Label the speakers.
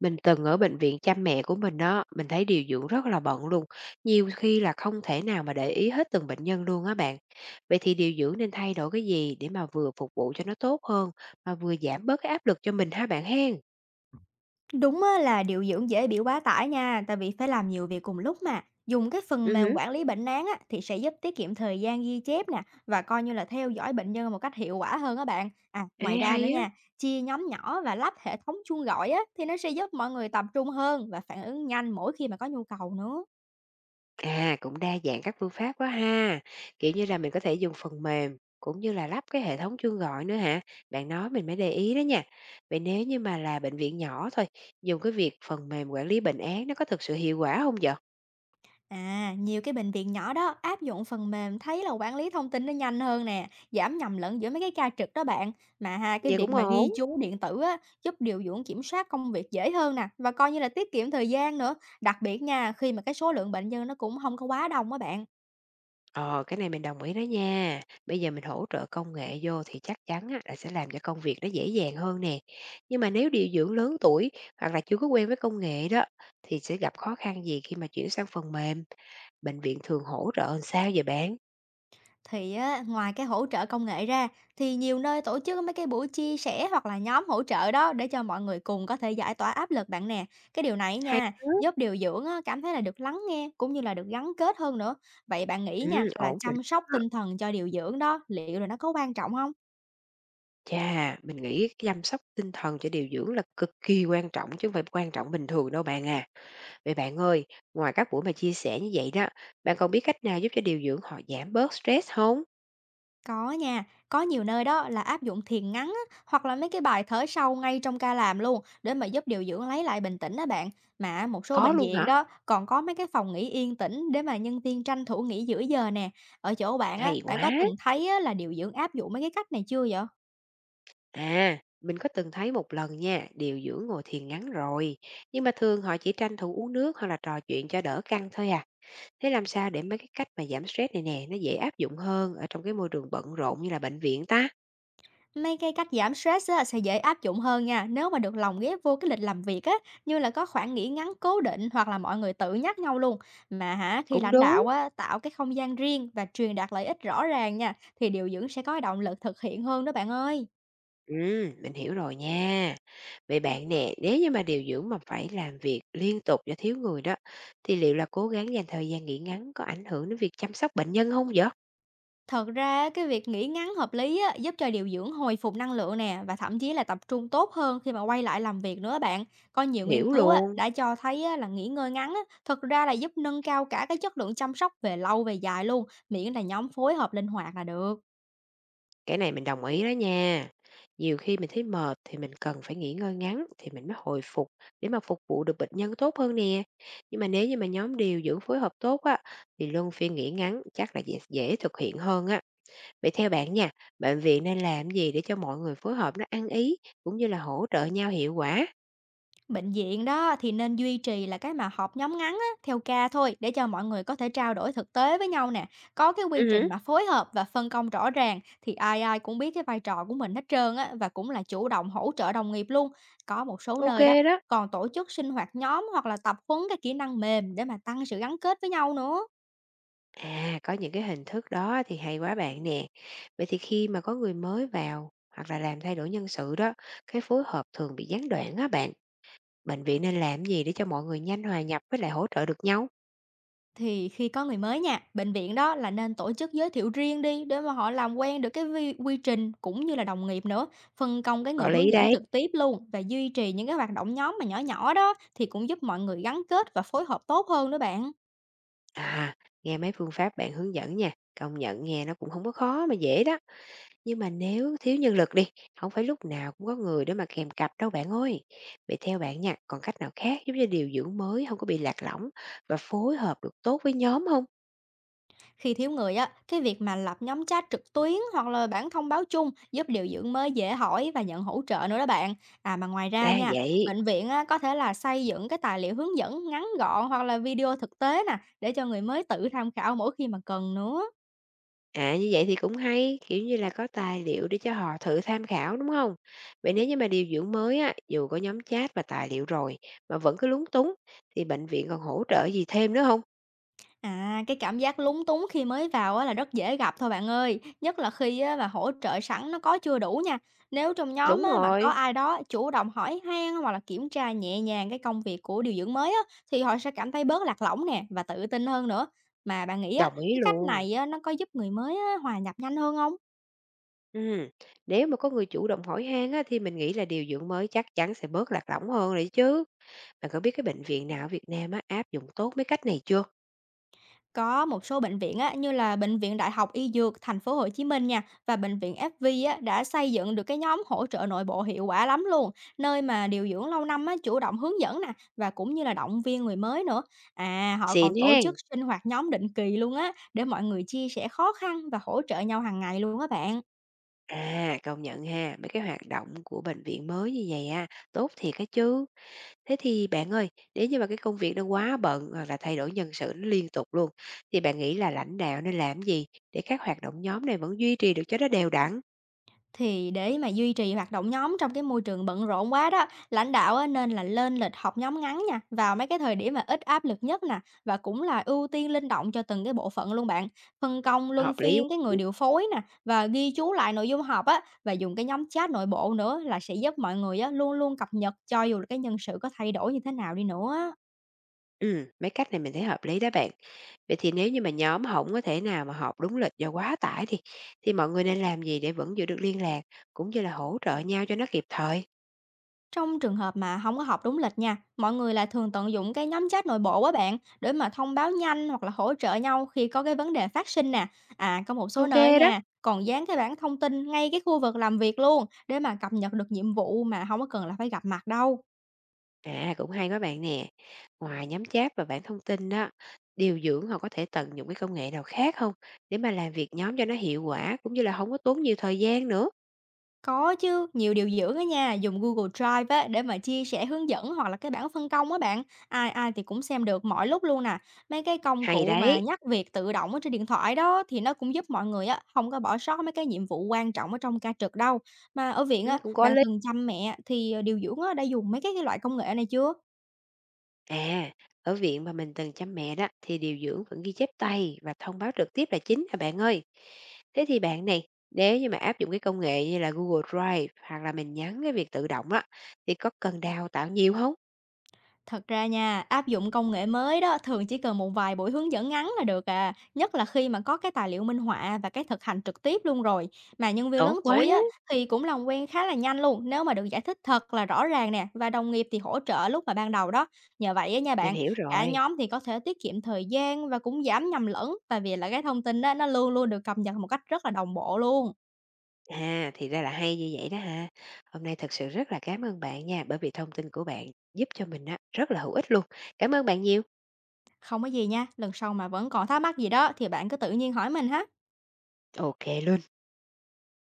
Speaker 1: Mình từng ở bệnh viện chăm mẹ của mình đó, mình thấy điều dưỡng rất là bận luôn, nhiều khi là không thể nào mà để ý hết từng bệnh nhân luôn á bạn. Vậy thì điều dưỡng nên thay đổi cái gì để mà vừa phục vụ cho nó tốt hơn mà vừa giảm bớt cái áp lực cho mình ha bạn hen?
Speaker 2: Đúng á, là điều dưỡng dễ bị quá tải nha, tại vì phải làm nhiều việc cùng lúc mà. Dùng cái phần
Speaker 1: Ừ hử.
Speaker 2: mềm quản lý bệnh án á, thì sẽ giúp tiết kiệm thời gian ghi chép nè, và coi như là theo dõi bệnh nhân một cách hiệu quả hơn các bạn. À,
Speaker 1: Ê,
Speaker 2: ngoài ra
Speaker 1: hay
Speaker 2: nữa
Speaker 1: á.
Speaker 2: nha, chia nhóm nhỏ và lắp hệ thống chuông gọi á, thì nó sẽ giúp mọi người tập trung hơn và phản ứng nhanh mỗi khi mà có nhu cầu nữa.
Speaker 1: À cũng đa dạng các phương pháp quá ha. Kiểu như là mình có thể dùng phần mềm cũng như là lắp cái hệ thống chuông gọi nữa hả? Bạn nói mình mới để ý đó nha. Vậy nếu như mà là bệnh viện nhỏ thôi, dùng cái việc phần mềm quản lý bệnh án nó có thực sự hiệu quả không vậy?
Speaker 2: À, nhiều cái bệnh viện nhỏ đó áp dụng phần mềm thấy là quản lý thông tin nó nhanh hơn nè, giảm nhầm lẫn giữa mấy cái ca trực đó bạn. Mà ha, cái
Speaker 1: Vậy
Speaker 2: việc
Speaker 1: cũng
Speaker 2: mà ghi
Speaker 1: ổn.
Speaker 2: chú điện tử á, giúp điều dưỡng kiểm soát công việc dễ hơn nè, và coi như là tiết kiệm thời gian nữa. Đặc biệt nha, khi mà cái số lượng bệnh nhân nó cũng không có quá đông á bạn.
Speaker 1: Ờ, cái này mình đồng ý đó nha. Bây giờ mình hỗ trợ công nghệ vô thì chắc chắn á, là sẽ làm cho công việc nó dễ dàng hơn nè. Nhưng mà nếu điều dưỡng lớn tuổi hoặc là chưa có quen với công nghệ đó thì sẽ gặp khó khăn gì khi mà chuyển sang phần mềm? Bệnh viện thường hỗ trợ làm sao vậy bạn?
Speaker 2: Thì á, ngoài cái hỗ trợ công nghệ ra thì nhiều nơi tổ chức mấy cái buổi chia sẻ hoặc là nhóm hỗ trợ đó, để cho mọi người cùng có thể giải tỏa áp lực bạn nè. Cái điều này
Speaker 1: Hay
Speaker 2: nha,
Speaker 1: đó.
Speaker 2: giúp điều dưỡng á, cảm thấy là được lắng nghe cũng như là được gắn kết hơn nữa. Vậy bạn nghĩ nha,
Speaker 1: Ừ,
Speaker 2: là
Speaker 1: ổn rồi
Speaker 2: chăm sóc
Speaker 1: đó.
Speaker 2: tinh thần cho điều dưỡng đó liệu là nó có quan trọng không?
Speaker 1: Chà, mình nghĩ cái chăm sóc tinh thần cho điều dưỡng là cực kỳ quan trọng chứ không phải quan trọng bình thường đâu bạn à. Vậy bạn ơi, ngoài các buổi mà chia sẻ như vậy đó, bạn còn biết cách nào giúp cho điều dưỡng họ giảm bớt stress không?
Speaker 2: Có nha, có nhiều nơi đó là áp dụng thiền ngắn á, hoặc là mấy cái bài thở sâu ngay trong ca làm luôn, để mà giúp điều dưỡng lấy lại bình tĩnh đó bạn. Mà một số
Speaker 1: Có
Speaker 2: bệnh
Speaker 1: luôn
Speaker 2: viện
Speaker 1: hả?
Speaker 2: đó còn có mấy cái phòng nghỉ yên tĩnh, để mà nhân viên tranh thủ nghỉ giữa giờ nè. Ở chỗ bạn á,
Speaker 1: Hay
Speaker 2: bạn có
Speaker 1: quá!
Speaker 2: từng thấy á, là điều dưỡng áp dụng mấy cái cách này chưa vậy?
Speaker 1: À, mình có từng thấy một lần nha, điều dưỡng ngồi thiền ngắn rồi, nhưng mà thường họ chỉ tranh thủ uống nước hoặc là trò chuyện cho đỡ căng thôi à. Thế làm sao để mấy cái cách mà giảm stress này nè, nó dễ áp dụng hơn ở trong cái môi trường bận rộn như là bệnh viện ta?
Speaker 2: Mấy cái cách giảm stress á, sẽ dễ áp dụng hơn nha nếu mà được lồng ghép vô cái lịch làm việc á, như là có khoảng nghỉ ngắn cố định, hoặc là mọi người tự nhắc nhau luôn. Mà hả, khi
Speaker 1: Cũng
Speaker 2: lãnh đạo
Speaker 1: đúng.
Speaker 2: á tạo cái không gian riêng và truyền đạt lợi ích rõ ràng nha, thì điều dưỡng sẽ có động lực thực hiện hơn đó bạn ơi.
Speaker 1: Mình hiểu rồi nha. Vậy bạn nè, nếu như mà điều dưỡng mà phải làm việc liên tục do thiếu người đó, thì liệu là cố gắng dành thời gian nghỉ ngắn có ảnh hưởng đến việc chăm sóc bệnh nhân không vậy?
Speaker 2: Thật ra á, cái việc nghỉ ngắn hợp lý á, giúp cho điều dưỡng hồi phục năng lượng nè, và thậm chí là tập trung tốt hơn khi mà quay lại làm việc nữa bạn. Có nhiều nghiên
Speaker 1: Hiểu
Speaker 2: cứu á,
Speaker 1: luôn.
Speaker 2: đã cho thấy á, là nghỉ ngơi ngắn á, thật ra là giúp nâng cao cả cái chất lượng chăm sóc về lâu về dài luôn, miễn là nhóm phối hợp linh hoạt là được.
Speaker 1: Cái này mình đồng ý đó nha. Nhiều khi mình thấy mệt thì mình cần phải nghỉ ngơi ngắn thì mình mới hồi phục để mà phục vụ được bệnh nhân tốt hơn nè. Nhưng mà nếu như mà nhóm điều dưỡng phối hợp tốt á thì luân phiên nghỉ ngắn chắc là dễ thực hiện hơn á. Vậy theo bạn nha, bệnh viện nên làm gì để cho mọi người phối hợp nó ăn ý cũng như là hỗ trợ nhau hiệu quả?
Speaker 2: Bệnh viện đó thì nên duy trì là cái mà họp nhóm ngắn á, theo ca thôi, để cho mọi người có thể trao đổi thực tế với nhau nè. Có cái quy trình
Speaker 1: Ừ.
Speaker 2: mà phối hợp và phân công rõ ràng, thì ai ai cũng biết cái vai trò của mình hết trơn á, và cũng là chủ động hỗ trợ đồng nghiệp luôn. Có một số
Speaker 1: OK
Speaker 2: nơi đó
Speaker 1: đó.
Speaker 2: còn tổ chức sinh hoạt nhóm, hoặc là tập huấn cái kỹ năng mềm để mà tăng sự gắn kết với nhau nữa.
Speaker 1: À, có những cái hình thức đó thì hay quá bạn nè. Vậy thì khi mà có người mới vào hoặc là làm thay đổi nhân sự đó, cái phối hợp thường bị gián đoạn á bạn. Bệnh viện nên làm gì để cho mọi người nhanh hòa nhập với lại hỗ trợ được nhau?
Speaker 2: Thì khi có người mới nha, bệnh viện đó là nên tổ chức giới thiệu riêng đi, để mà họ làm quen được cái vi quy trình cũng như là đồng nghiệp nữa, phân công cái
Speaker 1: Có
Speaker 2: người hướng
Speaker 1: lý
Speaker 2: dẫn
Speaker 1: đấy.
Speaker 2: trực tiếp luôn, và duy trì những cái hoạt động nhóm mà nhỏ nhỏ đó, thì cũng giúp mọi người gắn kết và phối hợp tốt hơn đó bạn.
Speaker 1: À, nghe mấy phương pháp bạn hướng dẫn nha, công nhận nghe nó cũng không có khó mà dễ đó. Nhưng mà nếu thiếu nhân lực đi, không phải lúc nào cũng có người để mà kèm cặp đâu bạn ơi. Vậy theo bạn nha, còn cách nào khác giúp cho điều dưỡng mới không có bị lạc lõng và phối hợp được tốt với nhóm không?
Speaker 2: Khi thiếu người á, cái việc mà lập nhóm chat trực tuyến hoặc là bản thông báo chung giúp điều dưỡng mới dễ hỏi và nhận hỗ trợ nữa đó bạn. À mà ngoài ra
Speaker 1: Ra
Speaker 2: nha,
Speaker 1: vậy.
Speaker 2: bệnh viện á, có thể là xây dựng cái tài liệu hướng dẫn ngắn gọn, hoặc là video thực tế nè, để cho người mới tự tham khảo mỗi khi mà cần nữa.
Speaker 1: À, như vậy thì cũng hay, kiểu như là, có tài liệu để cho họ thử tham khảo, đúng không? Vậy nếu như mà điều dưỡng mới á, dù có nhóm chat và tài liệu rồi mà vẫn cứ lúng túng thì bệnh viện còn hỗ trợ gì thêm nữa không?
Speaker 2: À, cái cảm giác lúng túng khi mới vào á là rất dễ gặp thôi bạn ơi, nhất là khi á mà hỗ trợ sẵn nó có chưa đủ nha. Nếu trong nhóm
Speaker 1: Đúng
Speaker 2: á mà có
Speaker 1: rồi,
Speaker 2: ai đó chủ động hỏi han, hoặc là kiểm tra nhẹ nhàng cái công việc của điều dưỡng mới á, thì họ sẽ cảm thấy bớt lạc lõng nè, và tự tin hơn nữa. Mà bạn nghĩ á,
Speaker 1: đồng ý
Speaker 2: cái cách
Speaker 1: luôn.
Speaker 2: này á nó có giúp người mới á hòa nhập nhanh hơn không?
Speaker 1: Ừm, nếu mà có người chủ động hỏi han á, thì mình nghĩ là điều dưỡng mới chắc chắn sẽ bớt lạc lõng hơn rồi chứ. Bạn có biết cái bệnh viện nào ở Việt Nam á, áp dụng tốt mấy cách này chưa?
Speaker 2: Có một số bệnh viện á, như là bệnh viện Đại học Y Dược Thành phố Hồ Chí Minh nha, và bệnh viện FV á, đã xây dựng được cái nhóm hỗ trợ nội bộ hiệu quả lắm luôn, nơi mà điều dưỡng lâu năm á, chủ động hướng dẫn nè, và cũng như là động viên người mới nữa. À, họ còn
Speaker 1: Xịn
Speaker 2: tổ
Speaker 1: hen!
Speaker 2: chức sinh hoạt nhóm định kỳ luôn á, để mọi người chia sẻ khó khăn và hỗ trợ nhau hàng ngày luôn á bạn.
Speaker 1: À, công nhận ha, mấy cái hoạt động của bệnh viện mới như vậy á, tốt thiệt á chứ. Thế thì bạn ơi, nếu như mà cái công việc nó quá bận hoặc là thay đổi nhân sự nó liên tục luôn, thì bạn nghĩ là lãnh đạo nên làm gì để các hoạt động nhóm này vẫn duy trì được cho nó đều đặn,
Speaker 2: Thì để mà duy trì hoạt động nhóm trong cái môi trường bận rộn quá đó, lãnh đạo á nên là lên lịch họp nhóm ngắn nha, vào mấy cái thời điểm mà ít áp lực nhất nè, và cũng là ưu tiên linh động cho từng cái bộ phận luôn bạn. Phân công luân
Speaker 1: hợp lý quá.
Speaker 2: phiên cái người điều phối nè, và ghi chú lại nội dung họp á, và dùng cái nhóm chat nội bộ nữa, là sẽ giúp mọi người á luôn luôn cập nhật, cho dù là cái nhân sự có thay đổi như thế nào đi nữa á.
Speaker 1: Mấy cách này mình thấy hợp lý đó bạn. Vậy thì nếu như mà nhóm không có thể nào mà họp đúng lịch do quá tải thì mọi người nên làm gì để vẫn giữ được liên lạc, cũng như là hỗ trợ nhau cho nó kịp thời?
Speaker 2: Trong trường hợp mà không có họp đúng lịch nha, mọi người là thường tận dụng cái nhóm chat nội bộ á bạn, để mà thông báo nhanh, hoặc là hỗ trợ nhau khi có cái vấn đề phát sinh nè. À, có một số
Speaker 1: OK
Speaker 2: nơi
Speaker 1: đó.
Speaker 2: nha, còn dán cái bảng thông tin ngay cái khu vực làm việc luôn, để mà cập nhật được nhiệm vụ mà không có cần là phải gặp mặt đâu.
Speaker 1: À, cũng hay quá bạn nè. Ngoài nhóm chat và bảng thông tin đó, điều dưỡng họ có thể tận dụng cái công nghệ nào khác không để mà làm việc nhóm cho nó hiệu quả cũng như là không có tốn nhiều thời gian nữa.
Speaker 2: Có chứ, nhiều điều dưỡng á nha, dùng Google Drive á để mà chia sẻ hướng dẫn, hoặc là cái bảng phân công á bạn. Ai ai thì cũng xem được mọi lúc luôn nè. Mấy cái công
Speaker 1: Hay
Speaker 2: cụ mà
Speaker 1: đấy,
Speaker 2: nhắc việc tự động ở trên điện thoại đó, thì nó cũng giúp mọi người á không có bỏ sót mấy cái nhiệm vụ quan trọng ở trong ca trực đâu. Mà ở viện
Speaker 1: ừ,
Speaker 2: á,
Speaker 1: cũng có
Speaker 2: bạn
Speaker 1: lý.
Speaker 2: từng chăm mẹ thì điều dưỡng á đã dùng cái loại công nghệ này chưa?
Speaker 1: À, ở viện mà mình từng chăm mẹ đó thì điều dưỡng vẫn ghi chép tay và thông báo trực tiếp là chính à bạn ơi. Thế thì bạn này, nếu như mà áp dụng cái công nghệ như là Google Drive hoặc là mình nhắn cái việc tự động á thì có cần đào tạo nhiều không?
Speaker 2: Thật ra nha, áp dụng công nghệ mới đó thường chỉ cần một vài buổi hướng dẫn ngắn là được à, nhất là khi mà có cái tài liệu minh họa và cái thực hành trực tiếp luôn rồi. Mà nhân viên
Speaker 1: Tốt
Speaker 2: lớn
Speaker 1: quá,
Speaker 2: tuổi á, thì cũng làm quen khá là nhanh luôn nếu mà được giải thích thật là rõ ràng nè, và đồng nghiệp thì hỗ trợ lúc mà ban đầu đó. Nhờ vậy á nha
Speaker 1: mình
Speaker 2: bạn,
Speaker 1: hiểu
Speaker 2: cả
Speaker 1: rồi.
Speaker 2: nhóm thì có thể tiết kiệm thời gian và cũng giảm nhầm lẫn, tại vì là cái thông tin đó nó luôn luôn được cập nhật một cách rất là đồng bộ luôn.
Speaker 1: À, thì ra là hay như vậy đó ha. Hôm nay thật sự rất là cảm ơn bạn nha, bởi vì thông tin của bạn giúp cho mình á, rất là hữu ích luôn. Cảm ơn bạn nhiều.
Speaker 2: Không có gì nha, lần sau mà vẫn còn thắc mắc gì đó thì bạn cứ tự nhiên hỏi mình ha.
Speaker 1: OK luôn.